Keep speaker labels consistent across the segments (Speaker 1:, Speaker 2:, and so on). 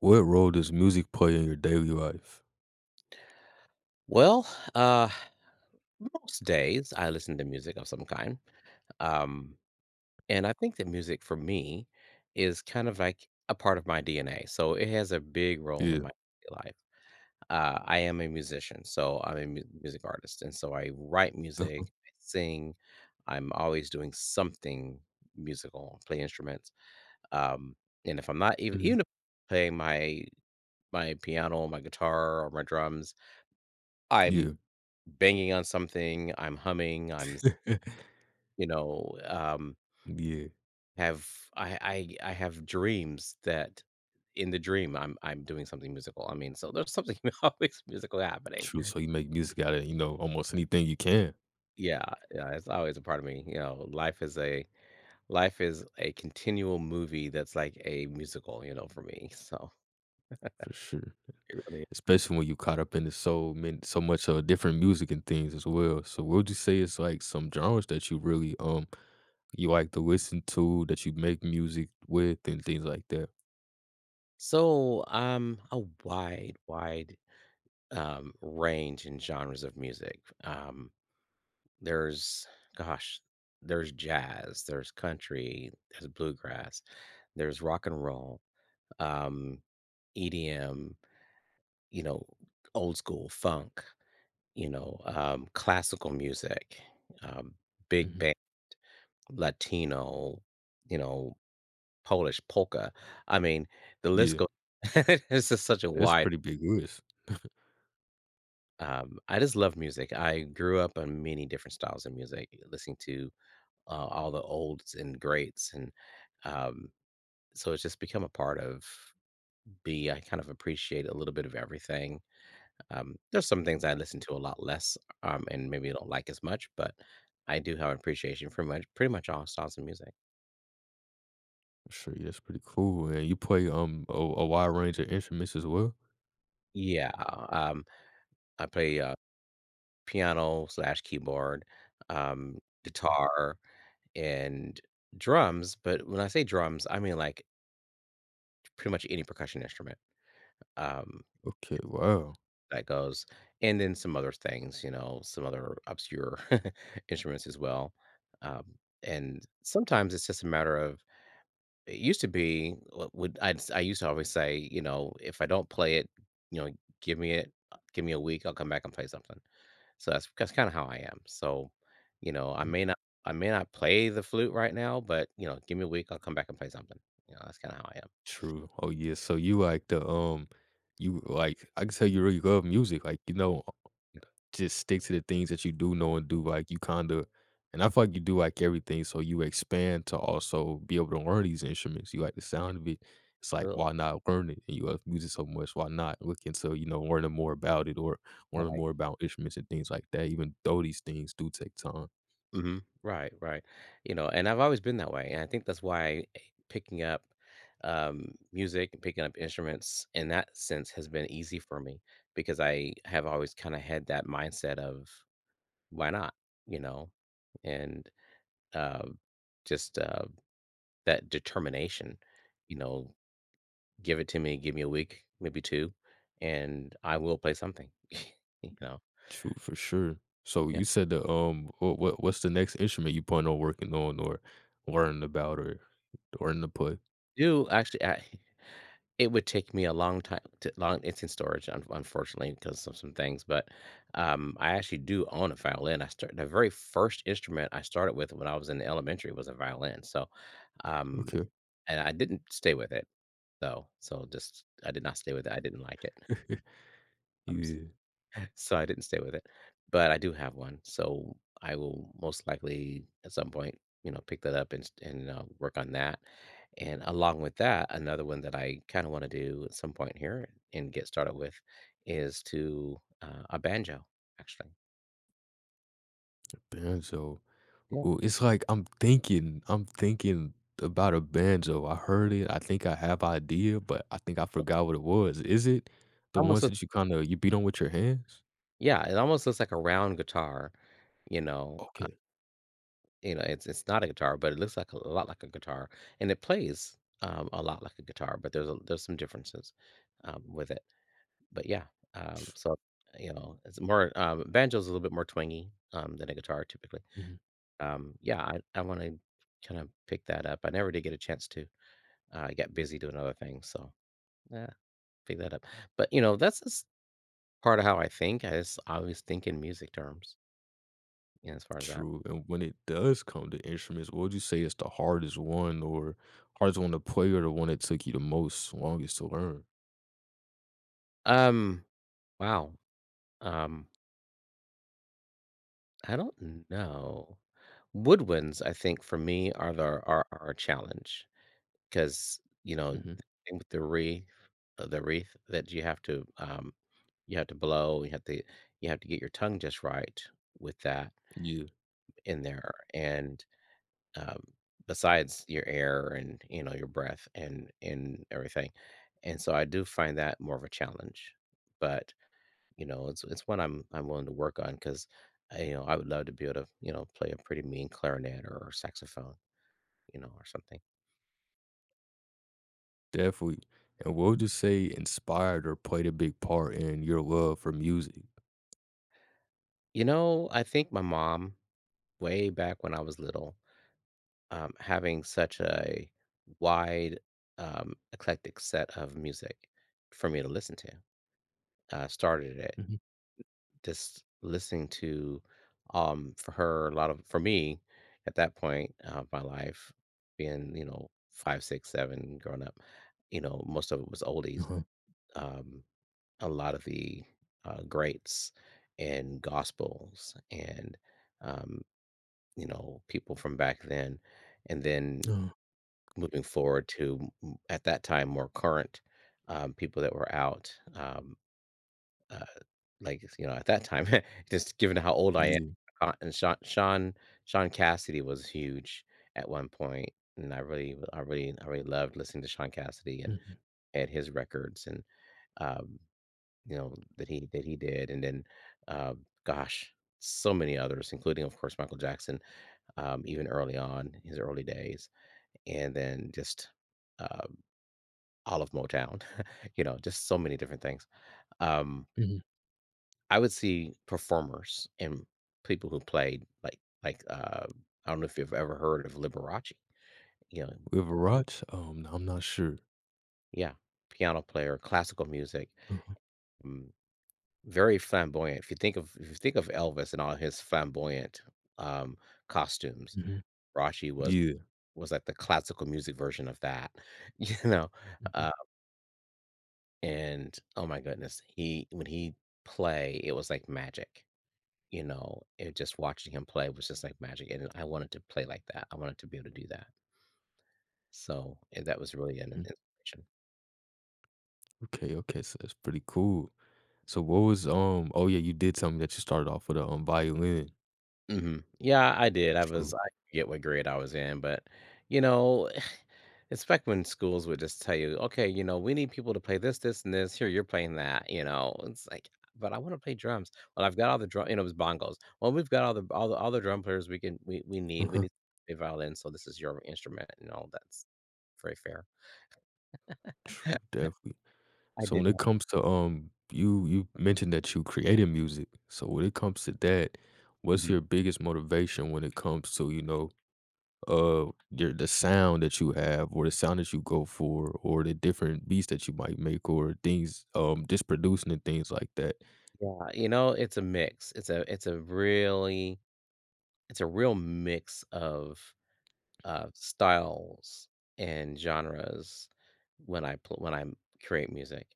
Speaker 1: What role does music play in your daily life?
Speaker 2: Well, uh, Most days I listen to music of some kind. Um, and I think that music for me is kind of like a part of my DNA, so it has a big role in
Speaker 1: Yeah.
Speaker 2: my life. I am a musician, so I'm a music artist. And so I write music,
Speaker 1: Uh-huh.
Speaker 2: I sing, I'm always doing something musical, play instruments. Um, and if I'm not
Speaker 1: Mhm.
Speaker 2: even if I'm playing my piano, my guitar, or my drums,
Speaker 1: Yeah.
Speaker 2: I'm banging on something, I'm humming, I'm, s you know,
Speaker 1: Yeah.
Speaker 2: have I I have dreams that in the dream, I'm doing something musical. I mean, so there's something always musical happening.
Speaker 1: True. So you make music out of, almost anything you can,
Speaker 2: Yeah, yeah, it's always a part of me, you know, life is a continual movie that's like a musical, you know, for me, so
Speaker 1: for sure.
Speaker 2: it really is.
Speaker 1: Especially when you caught up into so many so much different music and things as well. So what would you say is like some genres that you really you like to listen to, that you make music with and things like that?
Speaker 2: A wide, range in genres of music, There's gosh, there's jazz, there's country, there's bluegrass, there's rock and roll, um, EDM, you know, old school funk, you know, classical music, um, big
Speaker 1: Mhm.
Speaker 2: band, Latino, you know, Polish polka. I mean, the list
Speaker 1: Yeah.
Speaker 2: goes. It's just such a
Speaker 1: That's a
Speaker 2: wide.
Speaker 1: pretty big list.
Speaker 2: I just love music. I grew up on many different styles of music, listening to all the olds and greats, and um, so it's just become a part of me. I kind of appreciate a little bit of everything. There's some things I listen to a lot less, and maybe don't like as much, but I do have an appreciation for pretty much all styles of music.
Speaker 1: Sure, yeah, that's pretty cool. And you play a wide range of instruments as well.
Speaker 2: Yeah, um, I play piano slash keyboard, um,
Speaker 1: Mhm.
Speaker 2: guitar, and drums. But when I say drums, I mean like pretty much any percussion instrument. Um,
Speaker 1: Okay, wow.
Speaker 2: that goes, and then some other things, you know, some other obscure instruments as well. Um, and sometimes it's just a matter of it used to be what would I'd, s- I used to always say, you know, if I don't play it, you know, give me a week, I'll come back and play something. So that's kind of how I am. So, you know,
Speaker 1: Mm.
Speaker 2: I may not play the flute right now, but you know, give me a week, I'll come back and play something. You know, that's kind of how I am.
Speaker 1: True. Oh yeah. So you like the you like I can tell you really love music. Like, you know, just stick to the things that you do know and do, like, you kinda and I feel like you do like everything, so you expand to also be able to learn these instruments. You like the sound of it. It's like, why not learn it? And you love music so much, why not look into, learning more about it or learning
Speaker 2: Really?
Speaker 1: more about instruments and things like that, even though these things do take time.
Speaker 2: Mhm. Right, right. You know, and I've always been that way, and I think that's why picking up, music and picking up instruments in that sense has been easy for me because I have always kinda had that mindset of, "Why not?" You know? And, um, just, uh, that determination, you know, "Give it to me, give me a week, maybe two, and I will play something." You know?
Speaker 1: True, for sure. So
Speaker 2: Yeah.
Speaker 1: you said the, what's the next instrument you plan on working on or learning about or learning to play?
Speaker 2: Do actually I It would take me a long time to long It's in storage, un unfortunately, because of some things, but, I actually do own a violin. I started the very first instrument I started with when I was in elementary was a violin, so, um
Speaker 1: Okay.
Speaker 2: and I didn't stay with it, though, so just I did not stay with it, I didn't like it.
Speaker 1: Yeah.
Speaker 2: So I didn't stay with it, but I do have one. So I will most likely at some point, you know, pick that up and work on that. And along with that, another one that I kind of want to do at some point here and get started with is to a banjo, actually.
Speaker 1: Banjo.
Speaker 2: Yeah.
Speaker 1: Ooh, it's like I'm thinking about a banjo. I heard it. I think I have idea, but I think I
Speaker 2: Uh,
Speaker 1: forgot what it was. Is it the
Speaker 2: Almost.
Speaker 1: ones that you kind of you beat on with your hands?
Speaker 2: Yeah, it almost looks like a round guitar. You know, uh,
Speaker 1: Okay.
Speaker 2: you know, it's not a guitar, but it looks like a lot like a guitar, and it plays a lot like a guitar. But there's there's some differences with it. But yeah, um, so, you know, it's more, banjo's a little bit more twangy, than a guitar typically.
Speaker 1: Mhm.
Speaker 2: I want to kind of pick that up. I never did get a chance to. I got busy doing other things, so yeah, pick that up. But you know, that's just part of how I think. I just always think in music terms, you as far as that.
Speaker 1: True. And when it does come to instruments, what would you say is the hardest one or hardest one to play or the one that took you the most longest to learn?
Speaker 2: Um, wow. Um, I don't know. Woodwinds, I think for me are a challenge. 'Cause, you know,
Speaker 1: Hmm.
Speaker 2: the thing with the wreath that you have to you have to blow, you have to get your tongue just right with that
Speaker 1: Yeah,
Speaker 2: in there, and, um, besides your air and, you know, your breath and everything, and so I do find that more of a challenge, but, you know, it's one I'm willing to work on because you know, I would love to be able to, you know, play a pretty mean clarinet or saxophone, you know, or something.
Speaker 1: definitely. And what would you say inspired or played a big part in your love for music?
Speaker 2: You know, I think my mom way back when I was little, having such a wide, eclectic set of music for me to listen to. Started it
Speaker 1: Mhm.
Speaker 2: just listening to, for her, a lot of for me at that point of my life, being you know five, six, seven, growing up, you know most of it was oldies.
Speaker 1: Uh-huh.
Speaker 2: Um, a lot of the greats and gospels and um, you know, people from back then, and then
Speaker 1: Uh-huh.
Speaker 2: moving forward to at that time more current people that were out. Uh, like you know, at that time, just given how old I am,
Speaker 1: Yeah.
Speaker 2: and Sean Cassidy was huge at one point, and I really loved listening to Sean Cassidy and
Speaker 1: Mhm.
Speaker 2: had his records and um, you know that he did, and then uh, gosh, so many others, including of course Michael Jackson, even early on, his early days, and then just um, all of Motown, you know, just so many different things. Um,
Speaker 1: Mhm.
Speaker 2: I would see performers and people who played like I don't know if you've ever heard of Liberace, you know,
Speaker 1: With Raj? I'm not sure.
Speaker 2: yeah, piano player, classical music,
Speaker 1: Mhm,
Speaker 2: mm, very flamboyant. If you think of Elvis and all his flamboyant um, costumes,
Speaker 1: mhm.
Speaker 2: Rashi was
Speaker 1: Yeah.
Speaker 2: like the classical music version of that, you know,
Speaker 1: Mhm,
Speaker 2: uh, and oh my goodness, he when he play, it was like magic, you know. It just watching him play was just like magic, and I wanted to play like that. I wanted to be able to do that. So and that was really an
Speaker 1: mhm.
Speaker 2: inspiration.
Speaker 1: Okay, okay, so that's pretty cool. So what was, oh, yeah, you did tell me that you started off with a, violin.
Speaker 2: Mhm. Yeah, I did. I was
Speaker 1: True.
Speaker 2: I forget what grade I was in, but you know it's back when schools would just tell you, "Okay, you know, we need people to play this, this, and this. Here, you're playing that." You know, it's like, but I want to play drums. Well, I've got all the drum, you know, it was bongos. Well, we've got all the drum players we can, we need. We
Speaker 1: Uh-huh.
Speaker 2: need to play violin, so this is your instrument, and all that's very fair.
Speaker 1: True, definitely.
Speaker 2: I
Speaker 1: So
Speaker 2: did
Speaker 1: when it
Speaker 2: not.
Speaker 1: comes to, you you mentioned that you created music. So when it comes to that, what's
Speaker 2: Mhm.
Speaker 1: your biggest motivation when it comes to, you know, your the sound that you have or the sound that you go for or the different beats that you might make or things, just producing and things like that?
Speaker 2: Yeah, you know, it's a mix. It's a really it's a real mix of styles and genres when I create music.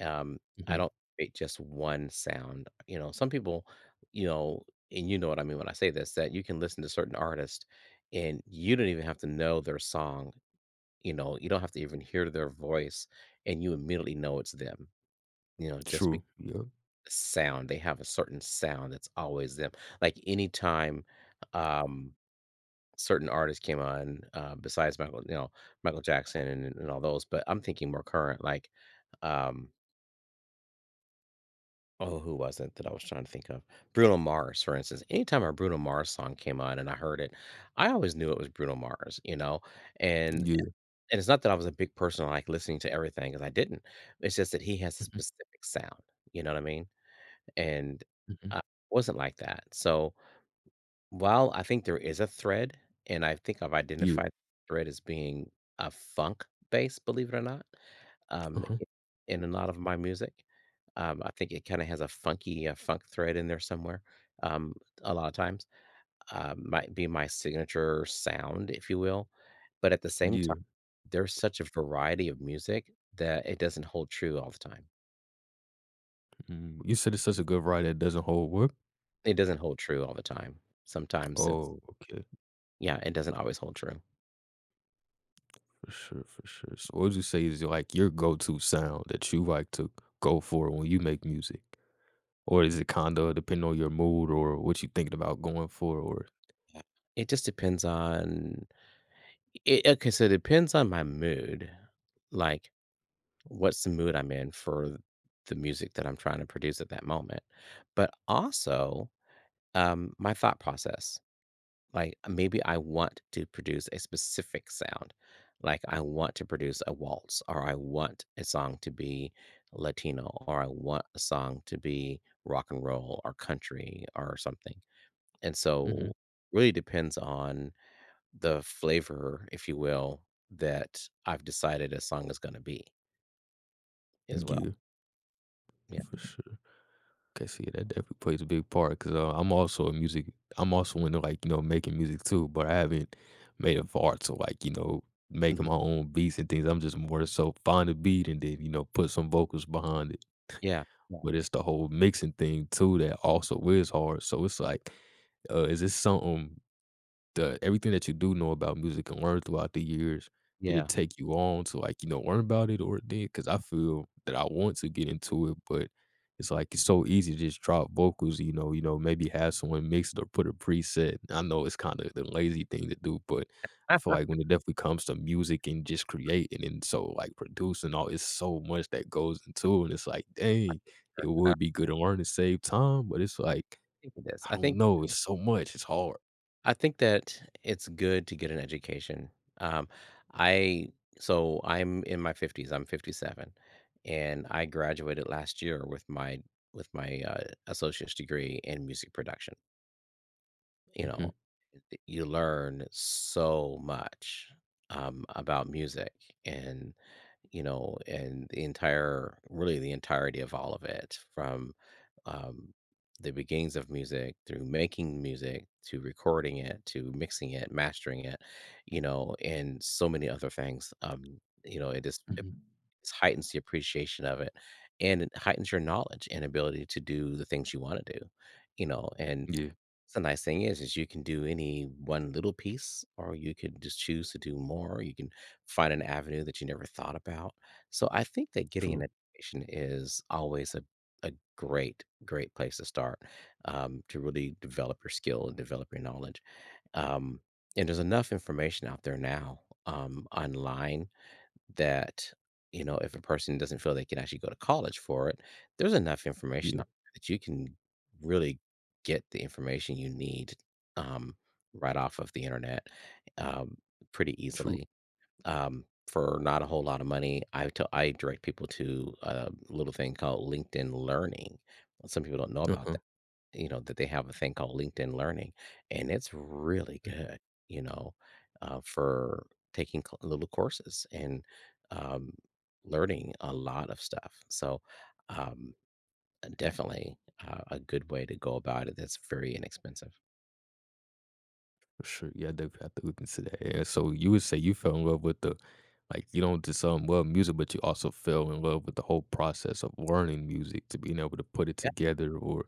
Speaker 2: Um, I
Speaker 1: Mhm.
Speaker 2: don't create just one sound. You know, some people, you know, and you know what I mean when I say this, that you can listen to certain artists and you don't even have to know their song. You know, you don't have to even hear their voice, and you immediately know it's them. You know, just because
Speaker 1: True. Yeah.
Speaker 2: they have a certain sound that's always them. Like anytime, um, certain artists came on, besides Michael, you know, Michael Jackson and all those, but I'm thinking more current, like, um, oh, who was it that I was trying to think of? Bruno Mars, for instance. Anytime a Bruno Mars song came on and I heard it, I always knew it was Bruno Mars, you know? And
Speaker 1: Yeah.
Speaker 2: and it's not that I was a big person like listening to everything, because I didn't. It's just that he has a
Speaker 1: Mhm.
Speaker 2: specific sound, you know what I mean? And
Speaker 1: Mhm.
Speaker 2: I wasn't like that. So well, I think there is a thread, and I think I've
Speaker 1: Yeah.
Speaker 2: identified the thread as being a funk base, believe it or not,
Speaker 1: Uh-huh.
Speaker 2: I in a lot of my music. I think it kinda has a funky, funk thread in there somewhere, um, a lot of times, might be my signature sound, if you will, but at the same
Speaker 1: Yeah.
Speaker 2: time, there's such a variety of music that it doesn't hold true all the time.
Speaker 1: Mm. You said it's such a good ride that doesn't hold what?
Speaker 2: It doesn't hold true all the time. Sometimes it's
Speaker 1: Oh, okay.
Speaker 2: yeah, it doesn't always hold true.
Speaker 1: For sure, for sure. So what would you say is like your go-to sound that you like to go for when you make music? Or is it kinda depending on your mood or what you thinking about going for or
Speaker 2: It just depends on it. Okay, so it depends on my mood. Like, what's the mood I'm in for the music that I'm trying to produce at that moment, but also, my thought process like maybe I want to produce a specific sound. Like I want to produce a waltz or I want a song to be Latino or I want a song to be rock and roll or country or something. And
Speaker 1: Mhm.
Speaker 2: so really depends on the flavor, if you will, that I've decided a song is going to be as well.
Speaker 1: Yeah,
Speaker 2: Yeah.
Speaker 1: for sure. Okay, see, that definitely plays a big part because I'm also a music. I'm also into, like, you know, making music too, but I haven't made a far to, like, you know,
Speaker 2: Mhm.
Speaker 1: making my own beats and things. I'm just more so find a beat and then, you know, put some vocals behind it.
Speaker 2: Yeah. Yeah.
Speaker 1: But it's the whole mixing thing too that also is hard. So it's like, is this something the everything that you do know about music and learn throughout the years, did it
Speaker 2: Yeah.
Speaker 1: take you on to, like, you know, learn about it or it did? Because I feel that I want to get into it, but it's like it's so easy to just drop vocals, you know, you know, maybe have someone mix it or put a preset. I know it's kinda the lazy thing to do, but I feel like when it definitely comes to music and just creating and so, like, producing all it's so much that goes into it, and it's like, dang, it
Speaker 2: I
Speaker 1: would be good to learn to save time, but it's like,
Speaker 2: think it is.
Speaker 1: I don't know, it's so much, it's hard.
Speaker 2: I think that it's good to get an education. Um, I So I'm in my 50s. I'm 57, and I graduated last year with my associate's degree in music production. You know,
Speaker 1: Mhm,
Speaker 2: you learn so much about music and you know and the entire really the entirety of all of it from um, the beginnings of music through making music to recording it to mixing it mastering it, you know, and so many other things, you know it
Speaker 1: mhm.
Speaker 2: just heightens the appreciation of it and it heightens your knowledge and ability to do the things you want to do, you know, and
Speaker 1: Yeah,
Speaker 2: so the nice thing is you can do any one little piece, or you could just choose to do more. You can find an avenue that you never thought about. So I think that getting an
Speaker 1: true.
Speaker 2: education is always a great, great place to start, to really develop your skill and develop your knowledge. Um, and there's enough information out there now, online that, you know, if a person doesn't feel they can actually go to college for it, there's enough information
Speaker 1: Yeah,
Speaker 2: out there that you can really get the information you need, um, right off of the internet, um, pretty
Speaker 1: true.
Speaker 2: easily, for not a whole lot of money. I direct people to a little thing called LinkedIn Learning. Some people don't know about,
Speaker 1: Uh-huh.
Speaker 2: you know, that they have a thing called LinkedIn Learning and it's really
Speaker 1: Mm.
Speaker 2: good, you know, for taking little courses and um, learning a lot of stuff, so um, definitely a good way to go about it that's very inexpensive.
Speaker 1: For sure. Yeah, I definitely have to look into that. And so you would say you fell in love with the like you don't just love music, but you also fell in love with the whole process of learning music to being able to put it
Speaker 2: Yeah,
Speaker 1: together or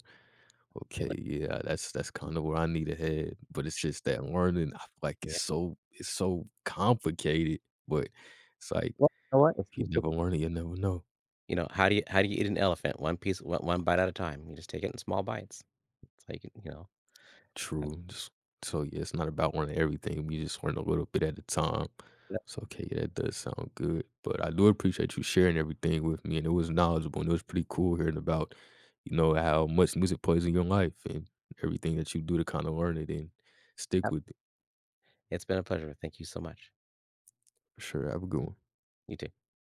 Speaker 2: well,
Speaker 1: okay, yeah, that's kind of where I need to head. But it's
Speaker 2: sh-
Speaker 1: just that learning, I feel like
Speaker 2: yeah
Speaker 1: it's so complicated. But it's like
Speaker 2: well you know what, if
Speaker 1: if
Speaker 2: you
Speaker 1: you
Speaker 2: take
Speaker 1: never
Speaker 2: it,
Speaker 1: learn it, you never know.
Speaker 2: you know, how do you eat an elephant? One one bite at a time. You just take it in small bites so you can, you know, have-
Speaker 1: True. Just so yeah, it's not about wanting everything. We just want a little bit at a time. So okay, yeah, that does sound good. But I do appreciate you sharing everything with me, and it was knowledgeable, and it was pretty cool hearing about, you know, how much music plays in your life and everything that you do to kind of learn it and stick
Speaker 2: have-
Speaker 1: with it.
Speaker 2: it's been a pleasure, thank you so much.
Speaker 1: For sure, have a good one.
Speaker 2: You too.